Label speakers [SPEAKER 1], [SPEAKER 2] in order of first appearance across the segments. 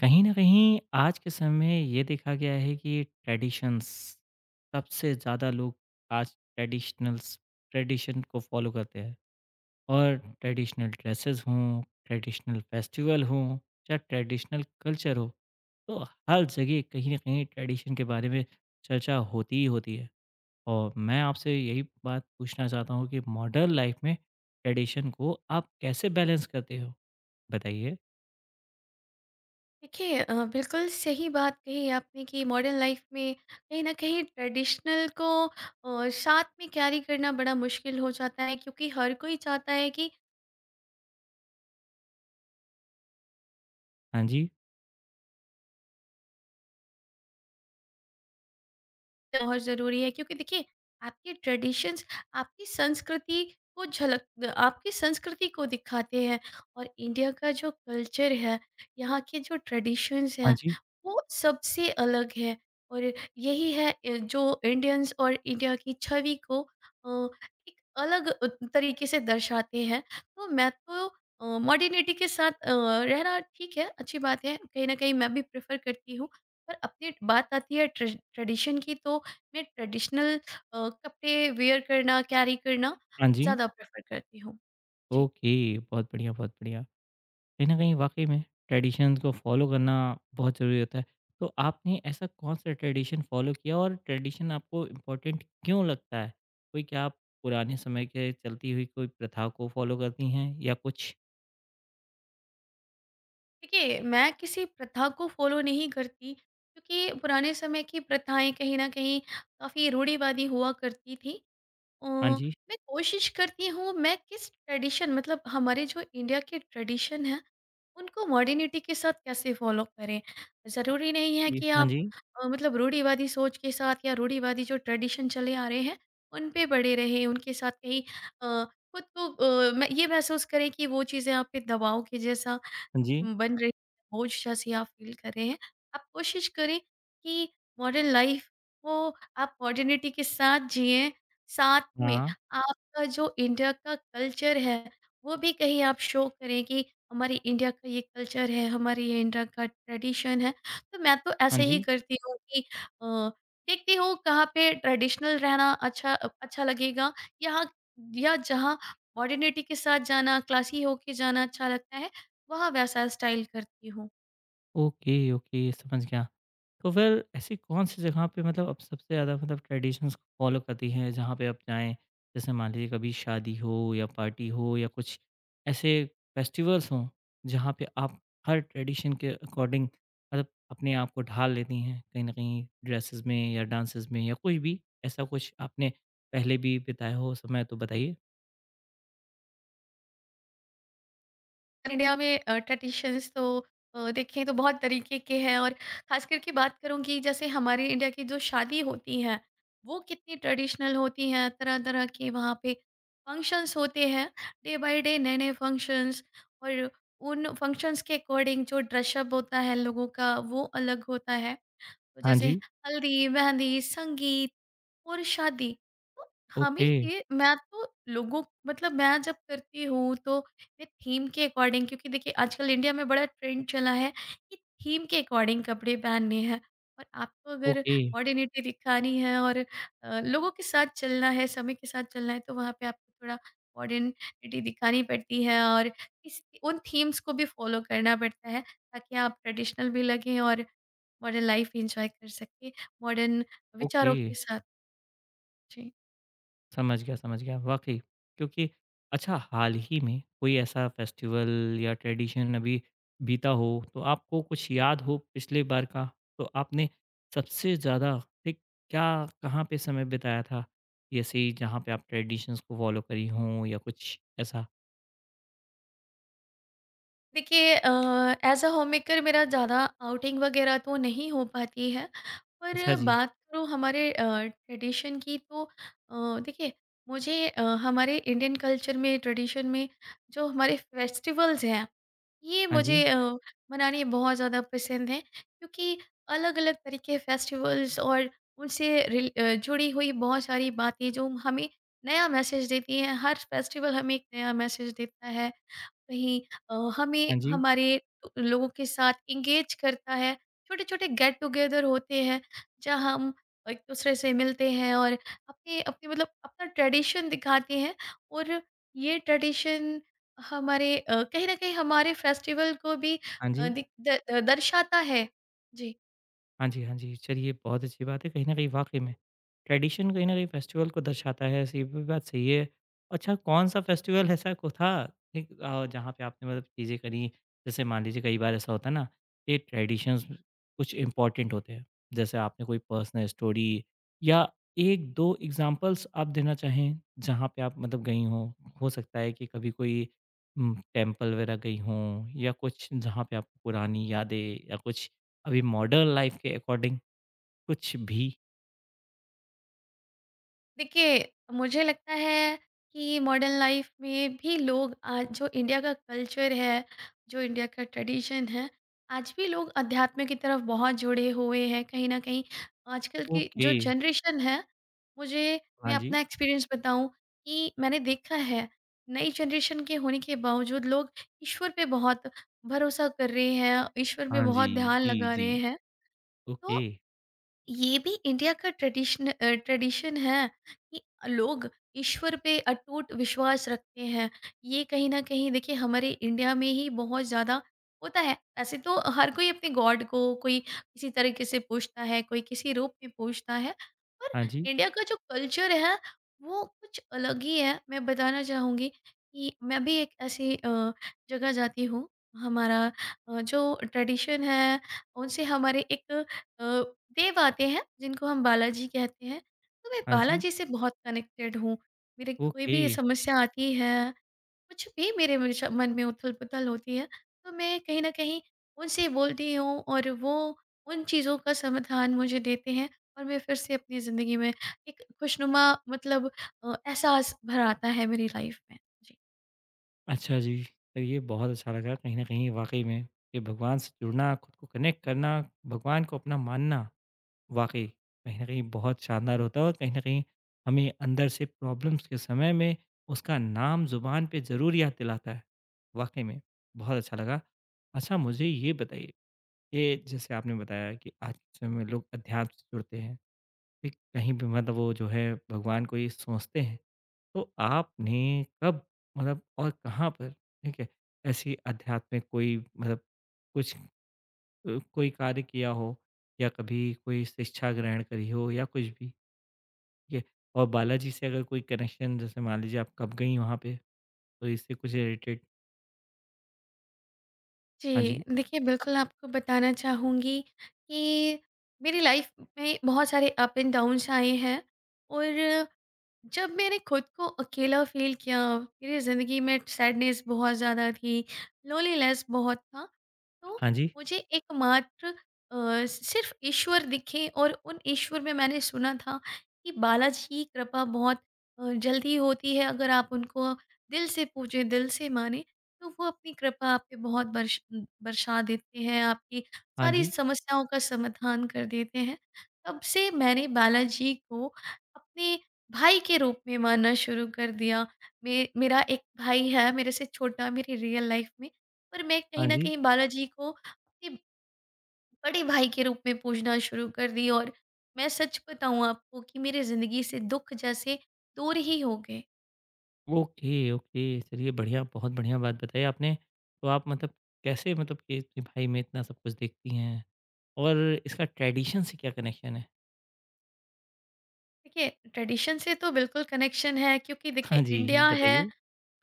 [SPEAKER 1] कहीं न कहीं आज के समय में ये देखा गया है कि ट्रेडिशंस सबसे ज़्यादा लोग आज ट्रेडिशनल्स ट्रेडिशन को फ़ॉलो करते हैं और ट्रेडिशनल ड्रेसेस हों, ट्रेडिशनल फेस्टिवल हों, चाहे ट्रेडिशनल कल्चर हो, तो हर जगह कहीं न कहीं ट्रेडिशन के बारे में चर्चा होती ही होती है। और मैं आपसे यही बात पूछना चाहता हूँ कि मॉडर्न लाइफ़ में ट्रेडिशन को आप कैसे बैलेंस करते हो? बताइए।
[SPEAKER 2] देखिए बिल्कुल सही बात कही आपने कि मॉडर्न लाइफ में कहीं न कहीं ट्रेडिशनल को साथ में कैरी करना बड़ा मुश्किल हो जाता है क्योंकि हर कोई चाहता है कि
[SPEAKER 1] हाँ जी,
[SPEAKER 2] बहुत ज़रूरी है क्योंकि देखिए, आपके ट्रेडिशंस, आपकी संस्कृति को झलक आपकी संस्कृति को दिखाते हैं। और इंडिया का जो कल्चर है, यहाँ के जो ट्रेडिशंस
[SPEAKER 1] हाँ
[SPEAKER 2] हैं,
[SPEAKER 1] जी,
[SPEAKER 2] वो सबसे अलग है। और यही है जो इंडियंस और इंडिया की छवि को अ, एक अलग तरीके से दर्शाते हैं। तो मैं तो मॉडर्निटी के साथ रहना ठीक है, अच्छी बात है, कहीं ना कहीं मैं भी प्रेफर करती हूँ। पर अपनी बात आती है ट्रेडिशन की तो मैं ट्रेडिशनल कपड़े वेयर करना, कैरी करना
[SPEAKER 1] हाँ जी।
[SPEAKER 2] ज़्यादा प्रेफर करती हूँ। जी।
[SPEAKER 1] ओके, बहुत बढ़िया, बहुत बढ़िया। कहीं न कहीं वाक़ई में ट्रेडिशंस को फ़ॉलो करना बहुत ज़रूरी होता है। तो आपने ऐसा कौन-सा ट्रेडिशन फ़ॉलो किया और ट्रेडिशन आपको इम्पोर्टेंट क्यों लगता है? कोई क्या आप पुराने समय के चलती हुई कोई प्रथा को फ़ॉलो करती हैं या कुछ?
[SPEAKER 2] देखिए, मैं किसी प्रथा को फॉलो नहीं करती क्योंकि पुराने समय की प्रथाएं कहीं ना कहीं काफ़ी रूढ़िवादी हुआ करती थी। अ,
[SPEAKER 1] हाँ जी,
[SPEAKER 2] मैं कोशिश करती हूँ, मैं किस ट्रेडिशन मतलब हमारे जो इंडिया के ट्रेडिशन है, उनको मॉडर्निटी के साथ कैसे फॉलो करें? ज़रूरी नहीं है
[SPEAKER 1] जी।
[SPEAKER 2] कि
[SPEAKER 1] हाँ
[SPEAKER 2] आप
[SPEAKER 1] जी,
[SPEAKER 2] मतलब रूढ़िवादी सोच के साथ या रूढ़िवादी जो ट्रेडिशन चले आ रहे हैं, उन पे पड़े रहें, उनके साथ कहीं अ, खुद को मैं ये महसूस करें कि वो चीज़ें आप पे दबाव के जैसा
[SPEAKER 1] हाँ जी।
[SPEAKER 2] बन रही हैं, बोझ जैसी आप फ़ील कर रहे हैं। आप कोशिश करें कि मॉडर्न लाइफ़ को आप मॉडर्निटी के साथ जिएँ, साथ में
[SPEAKER 1] हाँ,
[SPEAKER 2] आपका जो इंडिया का कल्चर है, वो भी कहीं आप शो करें कि हमारी इंडिया का ये कल्चर है, हमारी ये इंडिया का ट्रेडिशन है। तो मैं तो
[SPEAKER 1] हाँ
[SPEAKER 2] ऐसे ही
[SPEAKER 1] जी।
[SPEAKER 2] करती हूँ कि अ, देखती हूँ कहाँ पे ट्रेडिशनल रहना अच्छा अच्छा लगेगा, यहाँ या जहाँ मॉडर्निटी के साथ जाना, क्लासी होके जाना अच्छा लगता है, वहाँ वैसा स्टाइल करती हूँ।
[SPEAKER 1] ओके, ओके समझ गया। तो फिर ऐसी कौन सी जगह पे मतलब आप सबसे ज़्यादा मतलब ट्रेडिशंस को फॉलो करती हैं जहाँ पे आप जाएँ? जैसे मान लीजिए कभी शादी हो या पार्टी हो या कुछ ऐसे फेस्टिवल्स हों, जहाँ पे आप हर ट्रेडिशन के अकॉर्डिंग मतलब अपने आप को ढाल लेती हैं, कहीं न कहीं ड्रेसेस में या डांसेस में या कुछ भी? ऐसा कुछ आपने पहले भी बिताया हो समय तो बताइए?
[SPEAKER 2] उत्तर इंडिया में ट्रेडिशंस तो देखें तो बहुत तरीके के हैं। और खास करके बात करूं कि जैसे हमारे इंडिया की जो शादी होती है, वो कितनी ट्रेडिशनल होती हैं। तरह तरह के वहाँ पे फंक्शंस होते हैं, डे बाय डे नए नए फंक्शंस, और उन फंक्शंस के अकॉर्डिंग जो ड्रेसअप होता है लोगों का, वो अलग होता है। तो
[SPEAKER 1] हाँ
[SPEAKER 2] जैसे
[SPEAKER 1] जी।
[SPEAKER 2] हल्दी, मेहंदी, संगीत और शादी। तो हमें
[SPEAKER 1] ओके।
[SPEAKER 2] ये मैं तो लोगों मतलब मैं जब करती हूँ तो मैं थीम के अकॉर्डिंग, क्योंकि देखिए आजकल इंडिया में बड़ा ट्रेंड चला है कि थीम के अकॉर्डिंग कपड़े पहनने हैं। और आपको अगर
[SPEAKER 1] ओके,
[SPEAKER 2] मॉडर्निटी दिखानी है और लोगों के साथ चलना है, समय के साथ चलना है, तो वहाँ पे आपको थोड़ा मॉडर्निटी दिखानी पड़ती है और इस उन थीम्स को भी फ़ॉलो करना पड़ता है ताकि आप ट्रेडिशनल भी लगें और मॉडर्न लाइफ एंजॉय कर सके, मॉडर्न विचारों
[SPEAKER 1] ओके।
[SPEAKER 2] के साथ। जी।
[SPEAKER 1] समझ गया, समझ गया। वाक़ई क्योंकि अच्छा हाल ही में कोई ऐसा फेस्टिवल या ट्रेडिशन अभी बीता हो, तो आपको कुछ याद हो पिछले बार का, तो आपने सबसे ज़्यादा ठीक क्या कहाँ पे समय बिताया था? जैसे ही जहाँ पे आप ट्रेडिशंस को फ़ॉलो करी हों या कुछ ऐसा?
[SPEAKER 2] देखिए एज़ अ होममेकर मेरा ज़्यादा आउटिंग वगैरह तो नहीं हो पाती है,
[SPEAKER 1] अच्छा
[SPEAKER 2] पर
[SPEAKER 1] जी।
[SPEAKER 2] बात करूँ हमारे ट्रेडिशन की तो देखिए, मुझे हमारे इंडियन कल्चर में, ट्रेडिशन में जो हमारे फेस्टिवल्स हैं, ये
[SPEAKER 1] हाँ
[SPEAKER 2] मुझे
[SPEAKER 1] जी,
[SPEAKER 2] मनाने बहुत ज़्यादा पसंद है क्योंकि अलग-अलग तरह के फेस्टिवल्स और उनसे जुड़ी हुई बहुत सारी बातें जो हमें नया मैसेज देती हैं, हर फेस्टिवल हमें एक नया मैसेज देता है। कहीं अ, हमें
[SPEAKER 1] हाँ जी, हाँ जी,
[SPEAKER 2] हमारे लोगों के साथ इंगेज करता है, छोटे छोटे गेट टुगेदर होते हैं जहाँ हम एक दूसरे से मिलते हैं और अपने अपने मतलब अपना ट्रेडिशन दिखाते हैं। और ये ट्रेडिशन हमारे कहीं ना कहीं हमारे फेस्टिवल को भी
[SPEAKER 1] हाँ जी।
[SPEAKER 2] दर्शाता है। जी।
[SPEAKER 1] हाँ जी, हाँ जी। चलिए बहुत अच्छी बात है कहीं न कहीं वाक़ई में, ट्रेडिशन कहीं न कहीं फेस्टिवल को दर्शाता है ऐसी भी बात सही है। अच्छा कौन-सा फेस्टिवल ऐसा को था एक जहाँ पे आपने मतलब चीज़ें करी? जैसे मान लीजिए कई बार ऐसा होता है ना कि ट्रेडिशंस कुछ इम्पोर्टेंट होते हैं, जैसे आपने कोई पर्सनल स्टोरी या 1-2 एग्ज़ाम्पल्स आप देना चाहें, जहाँ पे आप मतलब गई हों? हो सकता है कि कभी कोई टेम्पल वगैरह गई हों या कुछ जहाँ पे आपको पुरानी यादें या कुछ अभी मॉडर्न लाइफ़ के अकॉर्डिंग कुछ भी
[SPEAKER 2] देखिए, मुझे लगता है कि मॉडर्न लाइफ में भी लोग आज जो इंडिया का कल्चर है, जो इंडिया का ट्रेडिशन है, आज भी लोग अध्यात्म की तरफ बहुत जुड़े हुए हैं। कहीं न कहीं आजकल की
[SPEAKER 1] ओके,
[SPEAKER 2] जो जनरेशन है, मुझे मैं
[SPEAKER 1] हाँ जी,
[SPEAKER 2] अपना एक्सपीरियंस बताऊँ कि मैंने देखा है, नई जनरेशन के होने के बावजूद लोग ईश्वर पे बहुत भरोसा कर रहे हैं, ईश्वर पे
[SPEAKER 1] हाँ जी,
[SPEAKER 2] बहुत ध्यान
[SPEAKER 1] जी,
[SPEAKER 2] लगा रहे
[SPEAKER 1] जी,
[SPEAKER 2] हैं।
[SPEAKER 1] ओके,
[SPEAKER 2] तो ये भी इंडिया का ट्रेडिशन ट्रेडिशन है कि लोग ईश्वर पे अटूट विश्वास रखते हैं। ये कहीं न कहीं देखिए हमारे इंडिया में ही बहुत ज़्यादा होता है। ऐसे तो हर कोई अपने गॉड को कोई किसी तरीके से पूजता है, कोई किसी रूप में पूजता है। पर
[SPEAKER 1] हाँ जी,
[SPEAKER 2] इंडिया का जो कल्चर है, वो कुछ अलग ही है। मैं बताना चाहूँगी कि मैं भी एक ऐसी जगह जाती हूँ। हमारा जो ट्रेडिशन है, उनसे हमारे एक अ, देव आते हैं जिनको हम बालाजी कहते हैं। तो मैं
[SPEAKER 1] हाँ जी,
[SPEAKER 2] बालाजी से बहुत कनेक्टेड हूँ। मेरे कोई
[SPEAKER 1] ओके,
[SPEAKER 2] भी समस्या आती है, कुछ भी मेरे विश मन में उथल-पुथल होती है, तो मैं कहीं न कहीं उनसे बोलती हूँ और वो उन चीज़ों का समाधान मुझे देते हैं, और मैं फिर से अपनी ज़िंदगी में एक खुशनुमा मतलब एहसास भर आता है मेरी लाइफ़ में। जी।
[SPEAKER 1] अच्छा जी। तो ये बहुत अच्छा लगा कहीं न कहीं वाक़ई में कि भगवान से जुड़ना, खुद को कनेक्ट करना, भगवान को अपना मानना, वाक़ई कहीं न कहीं बहुत शानदार होता है और कहीं न कहीं हमें अंदर से प्रॉब्लम्स के समय में उसका नाम ज़ुबान पे ज़रूर याद दिलाता है। वाक़ई में बहुत अच्छा लगा। अच्छा मुझे ये बताइए ये जैसे आपने बताया कि आज के समय में लोग अध्यात्म से जुड़ते हैं ठीक कहीं भी मतलब वो जो है भगवान को ये सोचते हैं तो आपने कब मतलब और कहाँ पर ठीक है ऐसी आध्यात्मिक कोई मतलब कुछ कोई कार्य किया हो या कभी कोई शिक्षा ग्रहण करी हो या कुछ भी ठीक है और बालाजी से अगर कोई कनेक्शन जैसे मान लीजिए आप कब गई वहाँ पे तो इससे कुछ रिलेटेड हाँ
[SPEAKER 2] जी,
[SPEAKER 1] जी
[SPEAKER 2] देखिए बिल्कुल आपको बताना चाहूँगी कि मेरी लाइफ में बहुत सारे अप एंड डाउन्स आए हैं। और जब मैंने खुद को अकेला फील किया, मेरी ज़िंदगी में सैडनेस बहुत ज़्यादा थी, लोनलीनेस बहुत था, तो
[SPEAKER 1] हाँ जी
[SPEAKER 2] मुझे एकमात्र सिर्फ ईश्वर दिखे। और उन ईश्वर में मैंने सुना था कि बालाजी की कृपा बहुत जल्दी होती है अगर आप उनको दिल से पूजें, दिल से माने, तो वो अपनी कृपा आप पे बहुत बरसा देते हैं, आपकी
[SPEAKER 1] हाँ
[SPEAKER 2] सारी
[SPEAKER 1] जी
[SPEAKER 2] समस्याओं का समाधान कर देते हैं। तब से मैंने बालाजी को अपने भाई के रूप में मानना शुरू कर दिया। मे मेरा एक भाई है मेरे से छोटा मेरी रियल लाइफ में, पर मैं कहीं
[SPEAKER 1] हाँ
[SPEAKER 2] न
[SPEAKER 1] जी
[SPEAKER 2] कहीं बालाजी को अपने बड़े भाई के रूप में पूजना शुरू कर दी। और मैं सच बताऊँ आपको कि मेरी ज़िंदगी से दुःख जैसे दूर ही हो गए।
[SPEAKER 1] Okay, okay. चलिए बढ़िया, बहुत बढ़िया बात बताई आपने। तो आप मतलब कैसे मतलब कि अपनी भाई में इतना सब कुछ देखती हैं? और इसका ट्रेडिशन से क्या कनेक्शन है?
[SPEAKER 2] देखिए, ट्रेडिशन से तो बिल्कुल कनेक्शन है क्योंकि देखिए
[SPEAKER 1] हाँ जी,
[SPEAKER 2] इंडिया है
[SPEAKER 1] बताइए।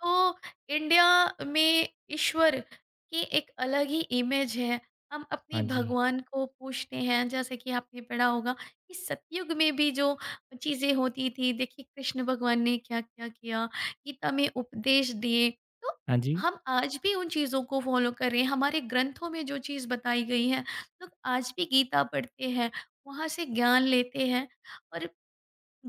[SPEAKER 2] तो इंडिया में ईश्वर की एक अलग ही इमेज है। हम अपने
[SPEAKER 1] हाँ जी।
[SPEAKER 2] भगवान को पूछते हैं, जैसे कि आपने पढ़ा होगा कि सतयुग में भी जो चीजें होती थी, देखिए कृष्ण भगवान ने क्या क्या किया, गीता में उपदेश दिए। तो
[SPEAKER 1] हाँ जी।
[SPEAKER 2] हम आज भी उन चीजों को फॉलो कर रहे हैं, हमारे ग्रंथों में जो चीज बताई गई है, लोग आज भी गीता पढ़ते हैं, वहां से ज्ञान लेते हैं। और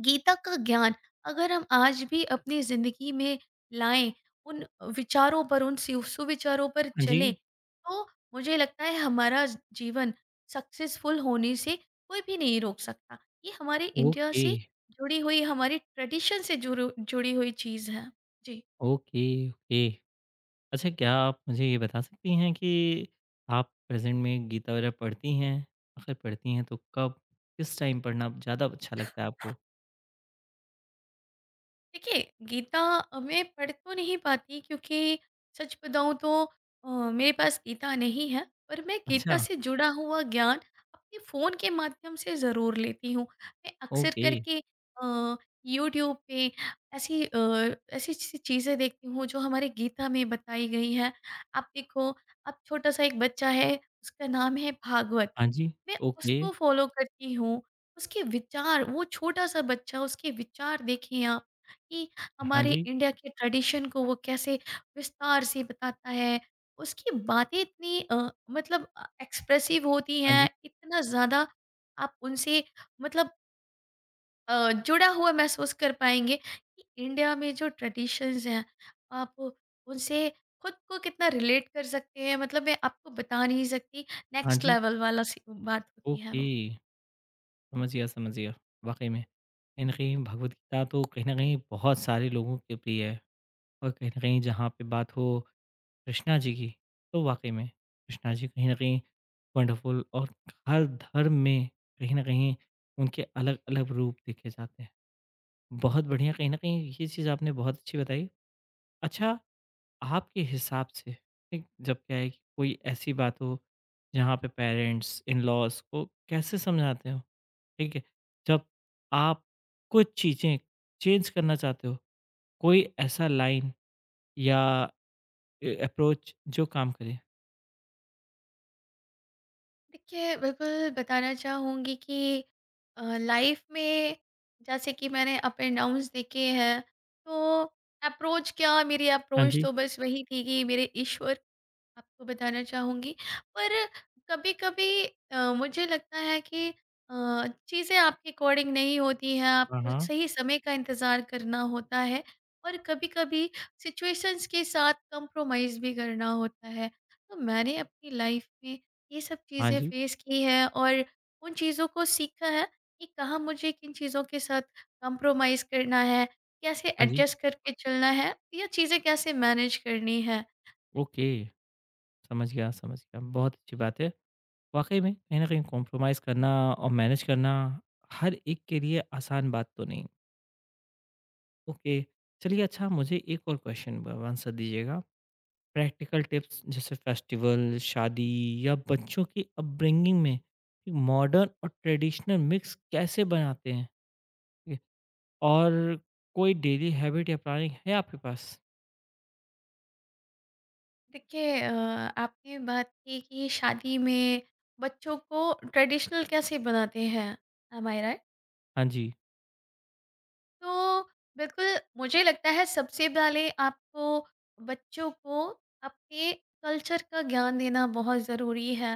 [SPEAKER 2] गीता का ज्ञान अगर हम आज भी अपनी जिंदगी में लाएं, उन विचारों पर, उन सुविचारों पर
[SPEAKER 1] हाँ जी।
[SPEAKER 2] चलें, तो मुझे लगता है हमारा जीवन सक्सेसफुल होने से कोई भी नहीं रोक सकता। ये हमारे इंडिया
[SPEAKER 1] ओके,
[SPEAKER 2] से जुड़ी हुई, हमारी ट्रेडिशन से जुड़ी जुड़ी हुई चीज़ है। जी।
[SPEAKER 1] Okay, okay. अच्छा क्या आप मुझे ये बता सकती हैं कि आप प्रेज़ेंट में गीता वगैरह पढ़ती हैं? अगर पढ़ती हैं तो कब, किस टाइम पढ़ना ज़्यादा अच्छा लगता है आपको?
[SPEAKER 2] देखिए, गीता मैं पढ़ तो नहीं पाती क्योंकि सच बताऊँ तो मेरे पास गीता नहीं है, पर मैं गीता
[SPEAKER 1] अच्छा,
[SPEAKER 2] से जुड़ा हुआ ज्ञान अपने फ़ोन के माध्यम से ज़रूर लेती हूँ। मैं अक्सर
[SPEAKER 1] ओके।
[SPEAKER 2] करके अ, यूट्यूब पे ऐसी ऐसी-ऐसी चीज़ें देखती हूँ जो हमारे गीता में बताई गई हैं। आप देखो, अब छोटा-सा एक बच्चा है, उसका नाम है भागवत।
[SPEAKER 1] हाँ जी,
[SPEAKER 2] मैं
[SPEAKER 1] ओके।
[SPEAKER 2] उसको फ़ॉलो करती हूँ, उसके विचार, वो छोटा-सा बच्चा, उसके विचार देखिए आप, कि
[SPEAKER 1] हाँ
[SPEAKER 2] हमारे
[SPEAKER 1] जी।
[SPEAKER 2] इंडिया के ट्रेडिशन को वो कैसे विस्तार से बताता है। उसकी बातें इतनी मतलब एक्सप्रेसिव होती
[SPEAKER 1] हाँ जी।
[SPEAKER 2] हैं, इतना ज़्यादा आप उनसे मतलब जुड़ा हुआ महसूस कर पाएँगे कि इंडिया में जो ट्रेडिशंस हैं, आप उनसे खुद को कितना रिलेट कर सकते हैं, मतलब मैं आपको बता नहीं सकती,
[SPEAKER 1] हाँ
[SPEAKER 2] नेक्स्ट
[SPEAKER 1] जी।
[SPEAKER 2] लेवल वाला सी बात होती है
[SPEAKER 1] ओके,
[SPEAKER 2] वो।
[SPEAKER 1] समझ गया, समझ गया। वाक़ई में, कहीं न कहीं भगवद गीता तो कहीं न कहीं बहुत सारे लोगों के प्रिय है और कहीं न कहीं जहाँ पे बात हो कृष्णा जी की, तो वाक़ई में कृष्णा जी कहीं न कहीं वंडरफुल और हर धर्म में कहीं न कहीं उनके अलग-अलग रूप देखे जाते हैं। बहुत बढ़िया, कहीं न कहीं ये चीज़ आपने बहुत अच्छी बताई। अच्छा, आपके हिसाब से, ठीक, जब क्या है कि कोई ऐसी बात हो, जहाँ पे पेरेंट्स, इन-लॉज़ को कैसे समझाते हो? ठीक है? जब आप कुछ चीज़ें चेंज करना चाहते हो, कोई ऐसा लाइन या ए अप्रोच जो काम करे?
[SPEAKER 2] देखिए, बिल्कुल बताना चाहूँगी कि लाइफ में जैसे कि मैंने अप एंड डाउन्स देखे हैं, तो अप्रोच क्या, मेरी
[SPEAKER 1] हाँ
[SPEAKER 2] अप्रोच
[SPEAKER 1] जी।
[SPEAKER 2] तो बस वही थी कि मेरे ईश्वर, आपको बताना चाहूँगी। पर कभी-कभी मुझे लगता है कि चीज़ें आपके अकॉर्डिंग नहीं होती हैं,
[SPEAKER 1] हाँ,
[SPEAKER 2] आपको
[SPEAKER 1] हाँ।
[SPEAKER 2] सही समय का इंतज़ार करना होता है और कभी-कभी सिचुएशंस के साथ कंप्रोमाइज़ भी करना होता है। तो मैंने अपनी लाइफ़ में ये सब
[SPEAKER 1] हाँ
[SPEAKER 2] चीज़ें
[SPEAKER 1] जी,
[SPEAKER 2] फेस की हैं और उन चीज़ों को सीखा है कि कहाँ मुझे किन चीज़ों के साथ कंप्रोमाइज़ करना है, कैसे
[SPEAKER 1] हाँ जी।
[SPEAKER 2] एडजस्ट करके चलना है या चीज़ें कैसे मैनेज करनी है।
[SPEAKER 1] ओके, समझ गया, समझ गया। बहुत अच्छी बात है। वाक़ई में कहीं न कहीं कॉम्प्रोमाइज़ करना और मैनेज करना हर एक के लिए आसान बात तो नहीं। ओके, चलिए अच्छा मुझे एक और क्वेश्चन ब आंसर दीजिएगा। प्रैक्टिकल टिप्स जैसे फेस्टिवल, शादी या बच्चों की अपब्रिंगिंग में मॉडर्न और ट्रेडिशनल मिक्स कैसे बनाते हैं? ठीक है, और कोई डेली हैबिट या प्लानिंग है आपके पास?
[SPEAKER 2] देखिए आपने बात की कि शादी में बच्चों को ट्रेडिशनल कैसे बनाते हैं, एम आई राइट?
[SPEAKER 1] हाँ जी,
[SPEAKER 2] तो बिल्कुल मुझे लगता है सबसे पहले आपको बच्चों को अपने कल्चर का ज्ञान देना बहुत ज़रूरी है।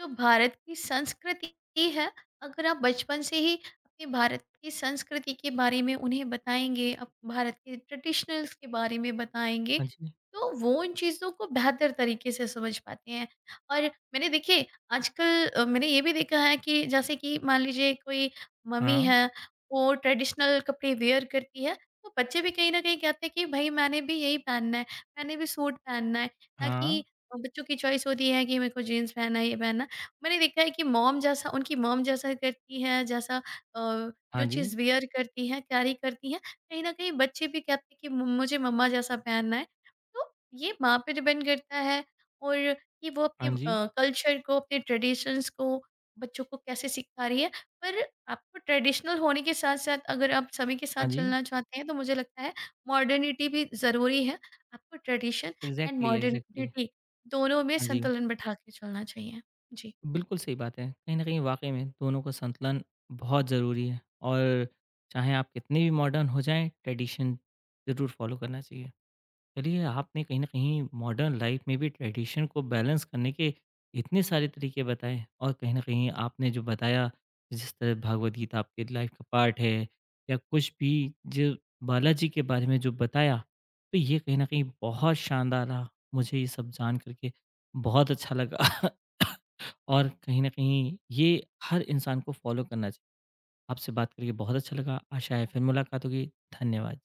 [SPEAKER 2] जो भारत की संस्कृति है, अगर आप बचपन से ही अपने भारत की संस्कृति के बारे में उन्हें बताएँगे, अप भारत के ट्रेडिशनल्स के बारे में बताएँगे,
[SPEAKER 1] हाँ जी,
[SPEAKER 2] तो वो उन चीज़ों को बेहतर तरीके से समझ पाते हैं। और मैंने देखिए आजकल मैंने ये भी देखा है कि जैसे कि मान लीजिए कोई मम्मी
[SPEAKER 1] हाँ,
[SPEAKER 2] है, वो ट्रेडिशनल कपड़े वेयर करती है, तो बच्चे भी कहीं न कहीं कहते हैं कि भई मैंने भी यही पहनना है, मैंने भी सूट पहनना है। ना कि
[SPEAKER 1] हाँ,
[SPEAKER 2] बच्चों की चॉइस होती है कि मेरे को जीन्स पहनना है, ये पहनना है। मैंने देखा है कि मॉम जैसा, उनकी मॉम जैसा करती हैं, जैसा अ, जो
[SPEAKER 1] हाँ जी,
[SPEAKER 2] चीज़ वेयर करती हैं, कैरी करती हैं, कहीं न कहीं बच्चे भी कहते हैं कि मु मुझे मम्मा जैसा पहनना है। तो ये माँ पे डिपेंड करता है, और कि वो अपने
[SPEAKER 1] हाँ जी,
[SPEAKER 2] कल्चर को, अपने ट्रेडिशंस को बच्चों को कैसे सिखा रही है। पर आपको ट्रेडिशनल होने के साथ-साथ अगर आप समय के साथ
[SPEAKER 1] हाँ जी,
[SPEAKER 2] चलना चाहते हैं, तो मुझे लगता है मॉडर्निटी भी ज़रूरी है। आपको tradition and
[SPEAKER 1] exactly, exactly,
[SPEAKER 2] modernity दोनों में
[SPEAKER 1] हाँ जी,
[SPEAKER 2] संतुलन बिठा के चलना चाहिए। जी।
[SPEAKER 1] बिल्कुल सही बात है। कहीं न कहीं वाक़ई में दोनों का संतुलन बहुत ज़रूरी है और चाहे आप कितने भी मॉडर्न हो जाएँ, ट्रेडिशन ज़रूर फ़ॉलो करना चाहिए। चलिए आपने कहीं न कहीं मॉडर्न लाइफ़ में भी ट्रेडिशन को बैलेंस करने के इतने सारे तरीके बताए और कहीं न कहीं आपने जो बताया, जिस तरह भगवद गीता आपकी लाइफ़ का पार्ट है या कुछ भी जो बालाजी के बारे में जो बताया, तो ये कहीं न कहीं बहुत शानदार रहा। मुझे ये सब जान कर के बहुत अच्छा लगा और कहीं न कहीं ये हर इंसान को फ़ॉलो करना चाहिए। आपसे बात करके बहुत अच्छा लगा। आशा है फिर मुलाकात होगी। धन्यवाद।